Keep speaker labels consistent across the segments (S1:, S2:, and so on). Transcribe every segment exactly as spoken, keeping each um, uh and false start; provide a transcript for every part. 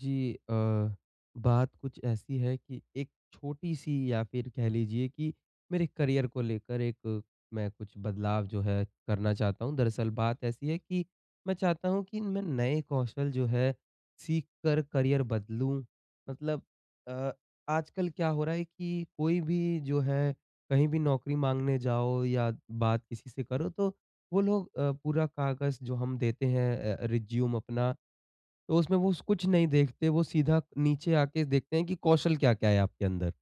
S1: जी, अ, बात कुछ ऐसी है कि एक छोटी-सी, या फिर कह लीजिए कि मेरे करियर को लेकर, एक मैं कुछ बदलाव जो है करना चाहता हूँ। दरअसल बात ऐसी है कि मैं चाहता हूँ कि मैं नए कौशल जो है सीख कर करियर बदलूँ। मतलब, अ, आजकल क्या हो रहा है कि कोई भी जो है कहीं भी नौकरी माँगने जाओ, या बात किसी से करो, तो वो लोग अ, पूरा कागज़ जो हम देते हैं, अ, रिज़्यूम अपना, तो उसमें वो स कुछ नहीं देखते, वो सीधा नीचे आके देखते हैं कि कौशल क्या-क्या है आपके अंदर।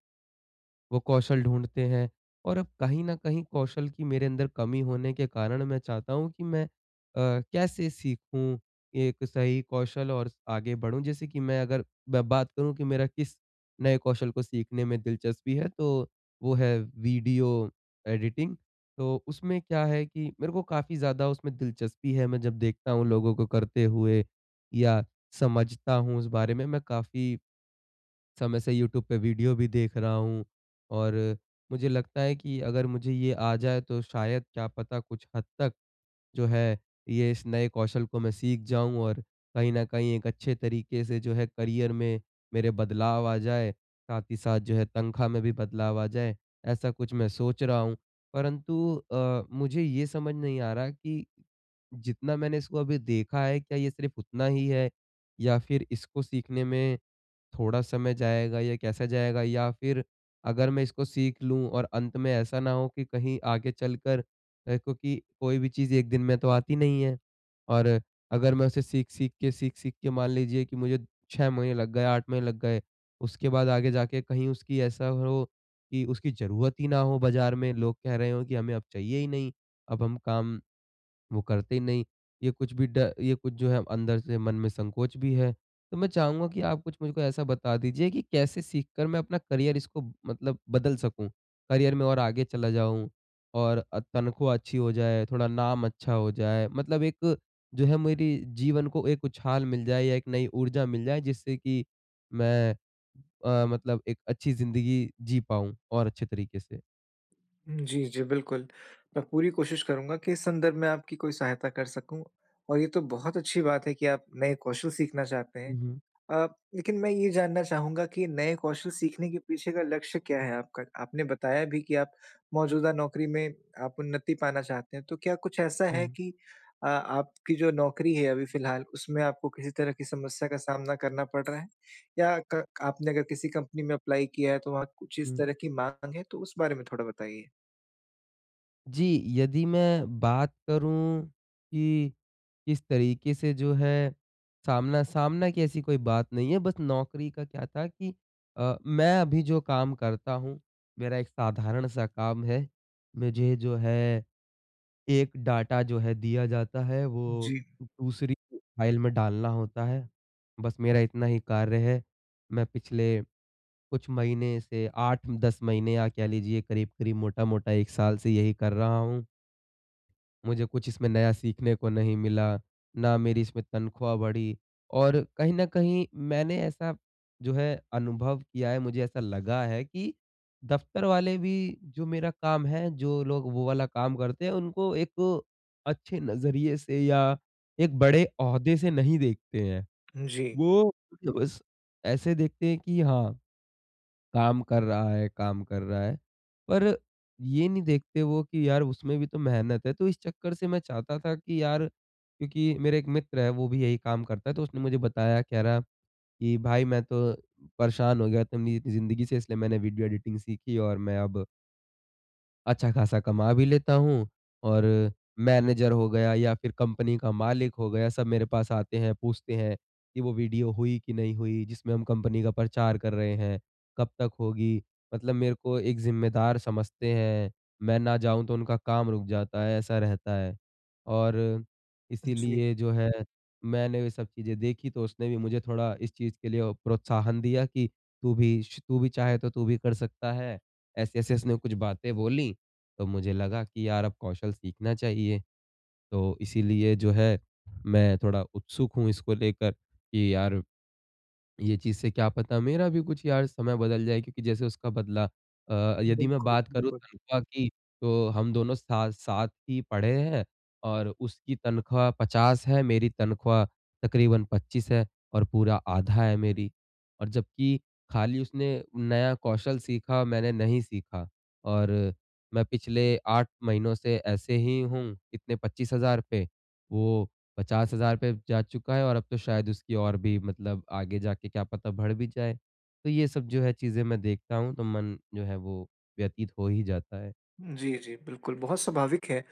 S1: वो कौशल ढूँढते हैं, और अब कहीं न कहीं कौशल की मेरे अंदर कमी होने के कारण मैं चाहता हूँ कि मैं अ, कैसे सीखूँ एक सही कौशल और आगे बढ़ूँ? जैसे कि मैं अगर मैं बात करूँ कि मेरा किस नए कौशल को सीखने में दिलचस्पी है, तो वो है वीडियो एडिटिंग। तो उसमें क्या है कि मेरे को काफ़ी ज़्यादा उसमें दिलचस्पी है। मैं जब देखता हूँ लोगों को करते हुए, या समझता हूँ उस बारे में, मैं काफ़ी समय से यूट्यूब पे वीडियो भी देख रहा हूँ। और मुझे लगता है कि अगर मुझे ये आ जाए तो शायद क्या पता कुछ हद तक जो है ये इस नए कौशल को मैं सीख जाऊँ, और कहीं न कहीं एक अच्छे तरीके से जो है करियर में मेरे बदलाव आ जाए, साथ ही साथ जो है तनख्वाह में भी बदलाव आ जाए, ऐसा कुछ मैं सोच रहा हूँ। परंतु अ, मुझे ये समझ नहीं आ रहा कि जितना मैंने इसको अभी देखा है, क्या ये सिर्फ़ उतना ही है, या फिर इसको सीखने में थोड़ा समय जाएगा या कैसे जाएगा? या फिर अगर मैं इसको सीख लूँ और अंत में ऐसा ना हो कि कहीं आगे चलकर, अ, क्योंकि कोई भी चीज़ एक दिन में तो आती नहीं है, और अगर मैं उसे सीख-सीख के, सीख-सीख के मान लीजिए कि मुझे छह महीने लग गए, आठ महीने लग गए, उसके बाद आगे जाके कहीं उसकी ऐसा हो कि उसकी ज़रूरत ही ना हो बाज़ार में, लोग कह रहे हों कि हमें अब चाहिए ही नहीं, अब हम काम वो करते ही नहीं। ये कुछ भी ड ये कुछ जो है अंदर से मन में संकोच भी है। तो मैं चाहूँगा कि आप कुछ मुझको ऐसा बता दीजिए कि कैसे सीखकर मैं अपना करियर इसको मतलब बदल सकूँ? करियर में और आगे चला जाऊँ, और अ, तनख्वाह अच्छी हो जाए, थोड़ा नाम अच्छा हो जाए। मतलब एक जो है मेरी जीवन को एक उछाल मिल जाए, या एक नई ऊर्जा मिल जाए जिससे कि मैं अ, मतलब एक अच्छी ज़िंदगी जी पाऊँ, और अच्छे तरीके से।
S2: जी, जी, बिल्कुल। मैं पूरी कोशिश करूँगा कि इस संदर्भ में आपकी कोई सहायता कर सकूँ और ये तो बहुत अच्छी बात है कि आप नए कौशल सीखना चाहते हैं।
S1: हुँ, हुँ।
S2: अ, लेकिन मैं ये जानना चाहूँगा कि नए कौशल सीखने के पीछे का लक्ष्य क्या है आपका? आपने बताया भी कि आप मौजूदा नौकरी में आप उन्नति पाना चाहते हैं, तो क्या कुछ ऐसा है
S1: हुँ,
S2: कि अ, आपकी जो नौकरी है अभी फिलहाल, उसमें आपको किसी तरह की समस्या का सामना करना पड़ रहा है? या क आपने अगर किसी कंपनी में अप्लाई किया है, तो वहाँ कुछ इस
S1: हुँ।
S2: तरह की माँग है? तो उस बारे में थोड़ा बताइए।
S1: जी, यदि मैं बात करूँ कि किस तरीके से जो है सामना-सामना की ऐसी कोई बात नहीं है, बस नौकरी का क्या था कि अ, मैं अभी जो काम करता हूँ, मेरा एक साधारण-सा काम है। मुझे जो है एक डाटा जो है दिया जाता है, वो
S2: जी,
S1: दूसरी फ़ाइल में डालना होता है। बस मेरा इतना ही कार्य है। मैं पिछले कुछ महीने से आठ दस महीने, या कह लीजिए करीब-करीब मोटा-मोटा एक साल से यही कर रहा हूँ। मुझे कुछ इसमें नया सीखने को नहीं मिला, ना मेरी इसमें तनख्वाह बढ़ी, और कहीं न कहीं मैंने ऐसा जो है अनुभव किया है, मुझे ऐसा लगा है कि दफ़्तर वाले भी जो मेरा काम है, जो लोग वो वाला काम करते हैं, उनको एक अच्छे नज़रिए से, या एक बड़े ओहदे से नहीं देखते हैं।
S2: जी,
S1: वो मतलब बस ऐसे देखते हैं कि हाँ काम कर रहा है, काम कर रहा है। पर ये नहीं देखते वो कि यार उसमें भी तो मेहनत है। तो इस चक्कर से मैं चाहता था कि यार, क्योंकि मेरा एक मित्र है वो भी यही काम करता है, तो उसने मुझे बताया, कह रहा कि भाई मैं तो परेशान हो गया था अपनी ज़िंदगी से, इसलिए मैंने वीडियो एडिटिंग सीखी, और मैं अब अच्छा खासा कमा भी लेता हूँ। और मैनेजर हो गया, या फिर कंपनी का मालिक हो गया, सब मेरे पास आते हैं, पूछते हैं कि वो वीडियो हुई कि नहीं हुई, जिसमें हम कंपनी का प्रचार कर रहे हैं, कब तक होगी? मतलब मेरे को एक ज़िम्मेदार समझते हैं, मैं ना जाऊँ तो उनका काम रुक जाता है, ऐसा रहता है। और
S2: जी।
S1: इसीलिए जो है मैंने ये सब चीज़ें देखी, तो उसने भी मुझे थोड़ा इस चीज़ के लिए प्रोत्साहन दिया कि तू भी श तू भी चाहे तो तू भी कर सकता है। ऐसे-ऐसे उसने कुछ बातें बोली। तो मुझे लगा कि यार अब कौशल सीखना चाहिए। तो इसीलिए जो है मैं थोड़ा उत्सुक हूँ इसको लेकर कि यार ये चीज़ से क्या पता मेरा भी कुछ यार समय बदल जाए, क्योंकि जैसे उसका बदला, अ, यदि मैं
S2: बिल्कुल,
S1: बात करूँ
S2: बिल्कुल।
S1: तनख्वाह की, तो हम दोनों साथ साथ ही पढ़े हैं, और उसकी तनख्वाह पचास है, मेरी तनख्वाह तकरीबन पच्चीस है, और पूरा आधा है मेरी। और जबकि खाली उसने नया कौशल सीखा, मैंने नहीं सीखा, और मैं पिछले आठ महीनों से ऐसे ही हूँ, इतने पच्चीस हज़ार पे। वो पचास हज़ार पे जा चुका है, और अब तो शायद उसकी और भी मतलब आगे जाके क्या पता बढ़ भी जाए। तो ये सब जो है चीज़ें मैं देखता हूँ तो मन जो है वो व्यतीत हो ही जाता है।
S2: जी, जी, बिल्कुल, बहुत स्वाभाविक है।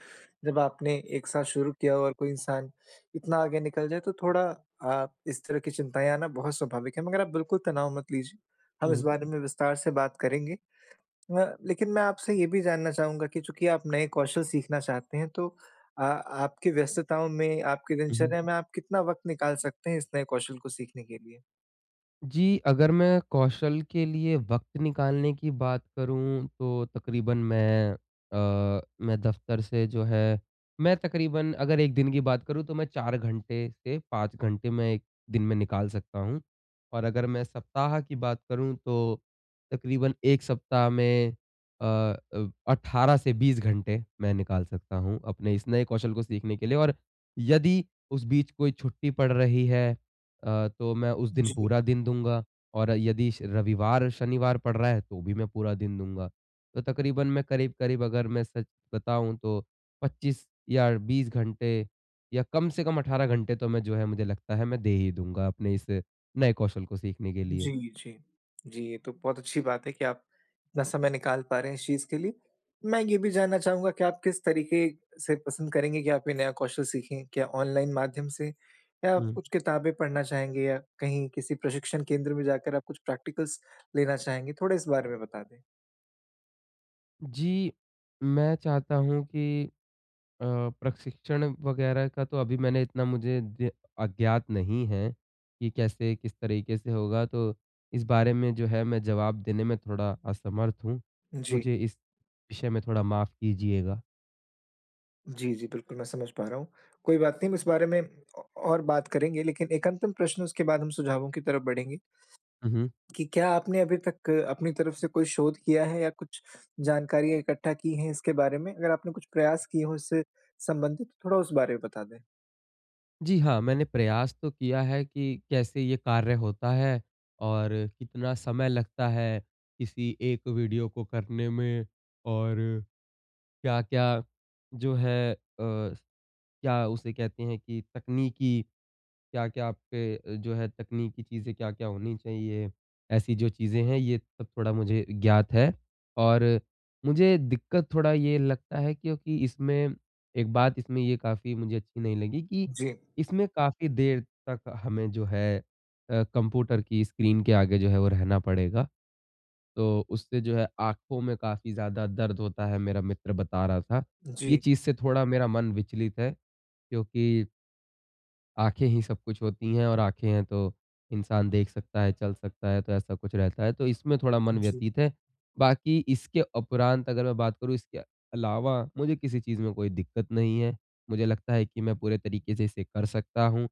S2: जब आपने एक साथ शुरू किया हो और कोई इंसान इतना आगे निकल जाए, तो थोड़ा अ, इस तरह की चिंताएँ आना बहुत स्वाभाविक है, मगर आप बिल्कुल तनाव मत लीजिए, हम इस
S1: हुँ।
S2: बारे में विस्तार से बात करेंगे। अ, लेकिन मैं आपसे ये भी जानना चाहूँगा कि चूँकि आप नए कौशल सीखना चाहते हैं, तो अ, आपकी व्यस्तताओं में, आपकी
S1: हुँ, हुँ।
S2: दिनचर्या में आप कितना वक़्त निकाल सकते हैं इस नए कौशल को सीखने के लिए?
S1: जी, अगर मैं कौशल के लिए वक़्त निकालने की बात करूँ, तो तकरीबन मैं अ, मैं दफ़्तर से जो है मैं तकरीबन अगर एक दिन की बात करूँ, तो मैं चार घंटे से पाँच घंटे मैं एक दिन में निकाल सकता हूँ। और अगर मैं सप्ताह की बात करूँ, तो तकरीबन एक सप्ताह में अ अ, अठारह से बीस घंटे मैं निकाल सकता हूँ, अपने इस नए कौशल को सीखने के लिए। और यदि उस बीच कोई छुट्टी पड़ रही है, अ, तो मैं उस दिन
S2: जी।
S1: पूरा दिन दूँगा। और यदि श रविवार, शनिवार पड़ रहा है तो भी मैं पूरा दिन दूँगा। तो तकरीबन मैं करीब-करीब अगर मैं सच बताऊँ तो पच्चीस या बीस घंटे, या कम से कम अठारह घंटे तो मैं जो है मुझे लगता है मैं दे ही दूँगा अपने इस नए कौशल को सीखने के लिए।
S2: जी, जी। जी, ये तो बहुत अच्छी बात है कि आप इतना समय निकाल पा रहे हैं इस चीज़ के लिए। मैं ये भी जानना चाहूँगा कि आप किस तरीके से पसंद करेंगे कि आप ये नया कौशल सीखें? क्या ऑनलाइन माध्यम से, या आप
S1: हुँ।
S2: कुछ किताबें पढ़ना चाहेंगे, या कहीं किसी प्रशिक्षण केंद्र में जाकर आप कुछ प्रैक्टिकल्स लेना चाहेंगे? थोड़ा इस बारे में बता दें।
S1: जी, मैं चाहता हूँ कि अ, प्रशिक्षण वगैरह का तो अभी मैंने इतना मुझे द अज्ञात नहीं है, कि कैसे किस तरीके से होगा, तो इस बारे में जो है मैं जवाब देने में थोड़ा असमर्थ हूँ।
S2: जी।
S1: मुझे इस विषय में थोड़ा माफ़ कीजिएगा।
S2: जी, जी, बिल्कुल मैं समझ पा रहा हूँ। कोई बात नहीं, हम इस बारे में औ और बात करेंगे, लेकिन एक अंतिम प्रश्न, उसके बाद हम सुझावों की तरफ बढ़ेंगे।
S1: हुँ, हुँ।
S2: कि क्या आपने अभी तक अपनी तरफ से कोई शोध किया है, या कुछ जानकारियाँ इकट्ठा की हैं इसके बारे में? अगर आपने कुछ प्रयास किए हों इससे संबंधित, तो थोड़ा उस बारे में बता दें।
S1: जी हाँ, मैंने प्रयास तो किया है कि कैसे ये कार्य होता है, और कितना समय लगता है किसी एक वीडियो को करने में, और क्या-क्या जो है, अ, क्या उसे कहते हैं कि तकनीकी, क्या-क्या आपके, अ, जो है तकनीकी चीज़ें क्या-क्या होनी चाहिए? ऐसी जो चीज़ें हैं ये सब थोड़ा मुझे ज्ञात है। और मुझे दिक्कत थोड़ा ये लगता है क्योंकि इसमें एक बात, इसमें ये काफ़ी मुझे अच्छी नहीं लगी कि
S2: जी,
S1: इसमें काफ़ी देर तक हमें जो है, अ, कंप्यूटर की स्क्रीन के आगे जो है वो रहना पड़ेगा। तो उससे जो है आँखों में काफ़ी ज़्यादा दर्द होता है, मेरा मित्र बता रहा था। ये
S2: जी,
S1: चीज़ से थोड़ा मेरा मन विचलित है, क्योंकि आँखें ही सब कुछ होती हैं, और आँखें हैं तो इंसान देख सकता है, चल सकता है, तो ऐसा कुछ रहता है, तो इसमें थोड़ा मन
S2: जी।
S1: व्यतीत है। बाकी इसके उपरांत अगर मैं बात करूँ, इसके अलावा मुझे किसी चीज़ में कोई दिक्कत नहीं है। मुझे लगता है कि मैं पूरे तरीके से इसे कर सकता हूँ।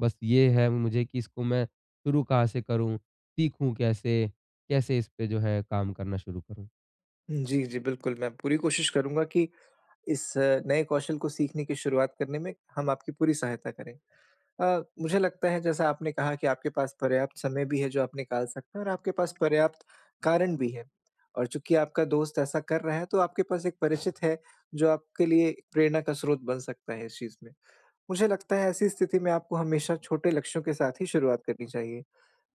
S1: बस ये है मुझे कि इसको मैं शुरू कहाँ से करूँ? सीखूँ कैसे? कैसे इस पे जो है काम करना शुरू करूँ?
S2: जी, जी, बिल्कुल मैं पूरी कोशिश करूँगा कि इस नए कौशल को सीखने की शुरुआत करने में हम आपकी पूरी सहायता करें। अ, मुझे लगता है, जैसा आपने कहा कि आपके पास पर्याप्त समय भी है जो आप निकाल सकते हैं, और आपके पास पर्याप्त कारण भी है। और चूँकि आपका दोस्त ऐसा कर रहा है, तो आपके पास एक परिचित है जो आपके लिए एक प्रेरणा का स्रोत बन सकता है इस चीज़ में। मुझे लगता है ऐसी स्थिति में आपको हमेशा छोटे लक्ष्यों के साथ ही शुरुआत करनी चाहिए।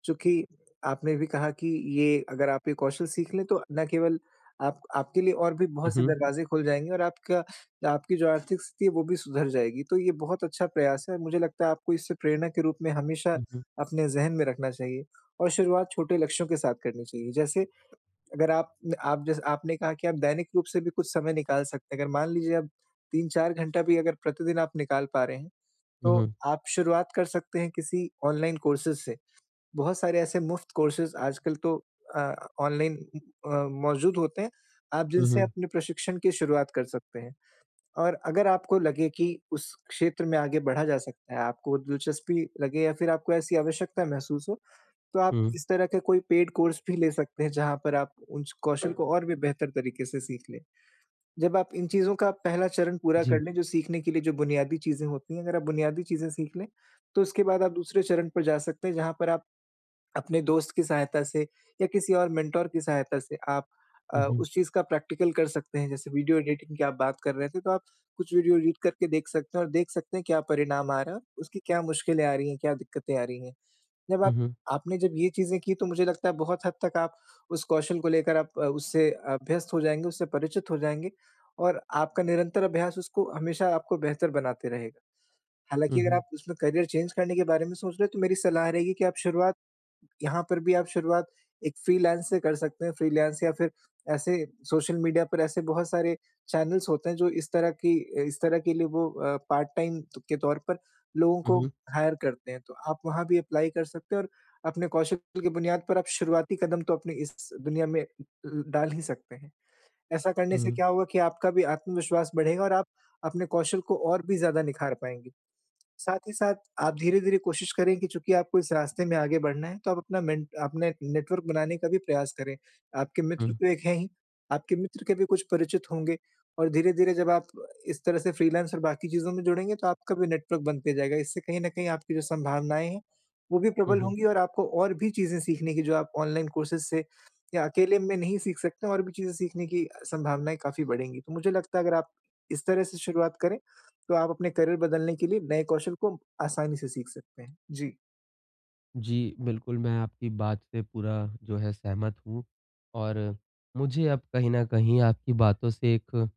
S2: चूँकि आपने भी कहा कि ये अगर आप ये कौशल सीख लें, तो ना केवल आप आपके लिए और भी
S1: हुँ,
S2: बहुत से
S1: हुँ।
S2: दरवाज़े खुल जाएँगे, और आपका आपकी जो आर्थिक स्थिति है वो भी सुधर जाएगी। तो ये बहुत अच्छा प्रयास है, और मुझे लगता है आपको इससे प्रेरणा के रूप में हमेशा
S1: हुँ, हुँ।
S2: अपने ज़हन में रखना चाहिए और शुरुआत छोटे लक्ष्यों के साथ करनी चाहिए। जैसे अगर आप आप जैसे आपने कहा कि आप दैनिक रूप से भी कुछ समय निकाल सकते हैं। अगर मान लीजिए आप तीन चार घंटा भी अगर प्रतिदिन आप निकाल पा रहे हैं,
S1: हुँ,
S2: तो
S1: हुँ।
S2: आप शुरुआत कर सकते हैं किसी ऑनलाइन कोर्सेज़ से। बहुत सारे ऐसे मुफ़्त कोर्सेज़ आजकल तो अ, ऑनलाइन अ, मौजूद होते हैं, आप
S1: हुँ,
S2: जिनसे
S1: हुँ।
S2: अपने प्रशिक्षण की शुरुआत कर सकते हैं। और अगर आपको लगे कि उस क्षेत्र में आगे बढ़ा जा सकता है, आपको दिलचस्पी लगे या फिर आपको ऐसी आवश्यकता महसूस हो, तो आप
S1: हुँ।
S2: इस तरह के कोई पेड कोर्स भी ले सकते हैं, जहाँ पर आप उन कौशल को और भी बेहतर तरीके से सीख लें। जब आप इन चीज़ों का पहला चरण पूरा
S1: जी।
S2: कर लें, जो सीखने के लिए जो बुनियादी चीज़ें होती हैं, अगर आप बुनियादी चीज़ें सीख लें, तो उसके बाद आप दूसरे चरण पर जा सकते हैं, जहाँ पर आप अपने दोस्त की सहायता से या किसी और मेंटर की सहायता से आप अ,
S1: हुँ, हुँ।
S2: उस चीज़ का प्रैक्टिकल कर सकते हैं। जैसे वीडियो एडिटिंग की आप बात कर रहे थे, तो आप कुछ वीडियो एडिट करके देख सकते हैं और देख सकते हैं क्या परिणाम आ रहा है, उसकी क्या मुश्किलें आ रही हैं, क्या दिक्कतें आ रही हैं। जब आप
S1: हुँ, हुँ।
S2: आपने जब ये चीज़ें की, तो मुझे लगता है बहुत हद तक आप उस कौशल को लेकर आप अ, उससे अभ्यस्त हो जाएँगे, उससे परिचित हो जाएँगे, और आपका निरंतर अभ्यास उसको हमेशा आपको बेहतर बनाते रहेगा।
S1: हुँ,
S2: हालाँकि अगर
S1: हुँ।
S2: आप उसमें करियर चेंज करने के बारे में सोच रहे हैं, तो मेरी सलाह रहेगी कि आप शुरुआत यहाँ पर भी आप शुरुआत एक फ्रीलांस से कर सकते हैं। फ्रीलांस, या फिर ऐसे सोशल मीडिया पर ऐसे बहुत सारे चैनल्स होते हैं, जो इस तरह की इस तरह के लिए वो अ, पार्ट टाइम त के तौर पर लोगों
S1: हुँ,
S2: को
S1: हुँ।
S2: हायर करते हैं। तो आप वहाँ भी अप्लाई कर सकते हैं, और अपने कौशल की बुनियाद पर आप शुरुआती कदम तो अपनी इस दुनिया में ल डाल ही सकते हैं। ऐसा करने
S1: हुँ,
S2: से
S1: हुँ।
S2: क्या होगा कि आपका भी आत्मविश्वास बढ़ेगा, और आप अपने कौशल को और भी ज़्यादा निखार पाएँगे। साथ ही साथ आप धीरे-धीरे कोशिश करें कि चूँकि आपको इस रास्ते में आगे बढ़ना है, तो आप अपना मेंट अपने नेटवर्क बनाने का भी प्रयास करें। आपके मित्र तो एक हैं ही, आपके मित्र के भी कुछ परिचित होंगे, और धीरे-धीरे जब आप इस तरह से फ्रीलांस और बाकी चीज़ों में जुड़ेंगे, तो आपका भी नेटवर्क बनते जाएगा। इससे कहीं न कहीं आपकी जो संभावनाएँ हैं, वो भी
S1: हुँ,
S2: प्रबल
S1: हुँ।
S2: होंगी, और आपको और भी चीज़ें सीखने की, जो आप ऑनलाइन कोर्सेज़ से या अकेले में नहीं सीख सकते हैं, और भी चीज़ें सीखने की संभावनाएँ काफ़ी बढ़ेंगी। तो मुझे लगता है अगर आप इस तरह से शुरुआत करें, तो आप अपने करियर बदलने के लिए नए कौशल को आसानी से सीख सकते हैं। जी,
S1: जी, बिल्कुल, मैं आपकी बात से पूरा जो है सहमत हूँ, और मुझे अब कहीं न कहीं आपकी बातों से एक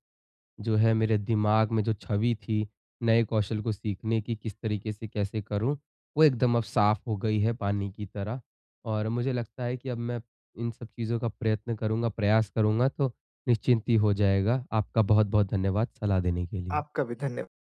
S1: जो है मेरे दिमाग में जो छवि थी, नए कौशल को सीखने की किस तरीके से कैसे करूँ, वो एकदम अब साफ़ हो गई है पानी की तरह। और मुझे लगता है कि अब मैं इन सब चीज़ों का प्रयत्न करूँगा, प्रयास करूँगा, तो निश्चिंत ही हो जाएगा। आपका बहुत-बहुत धन्यवाद सलाह देने के लिए।
S2: आपका भी धन्यवाद।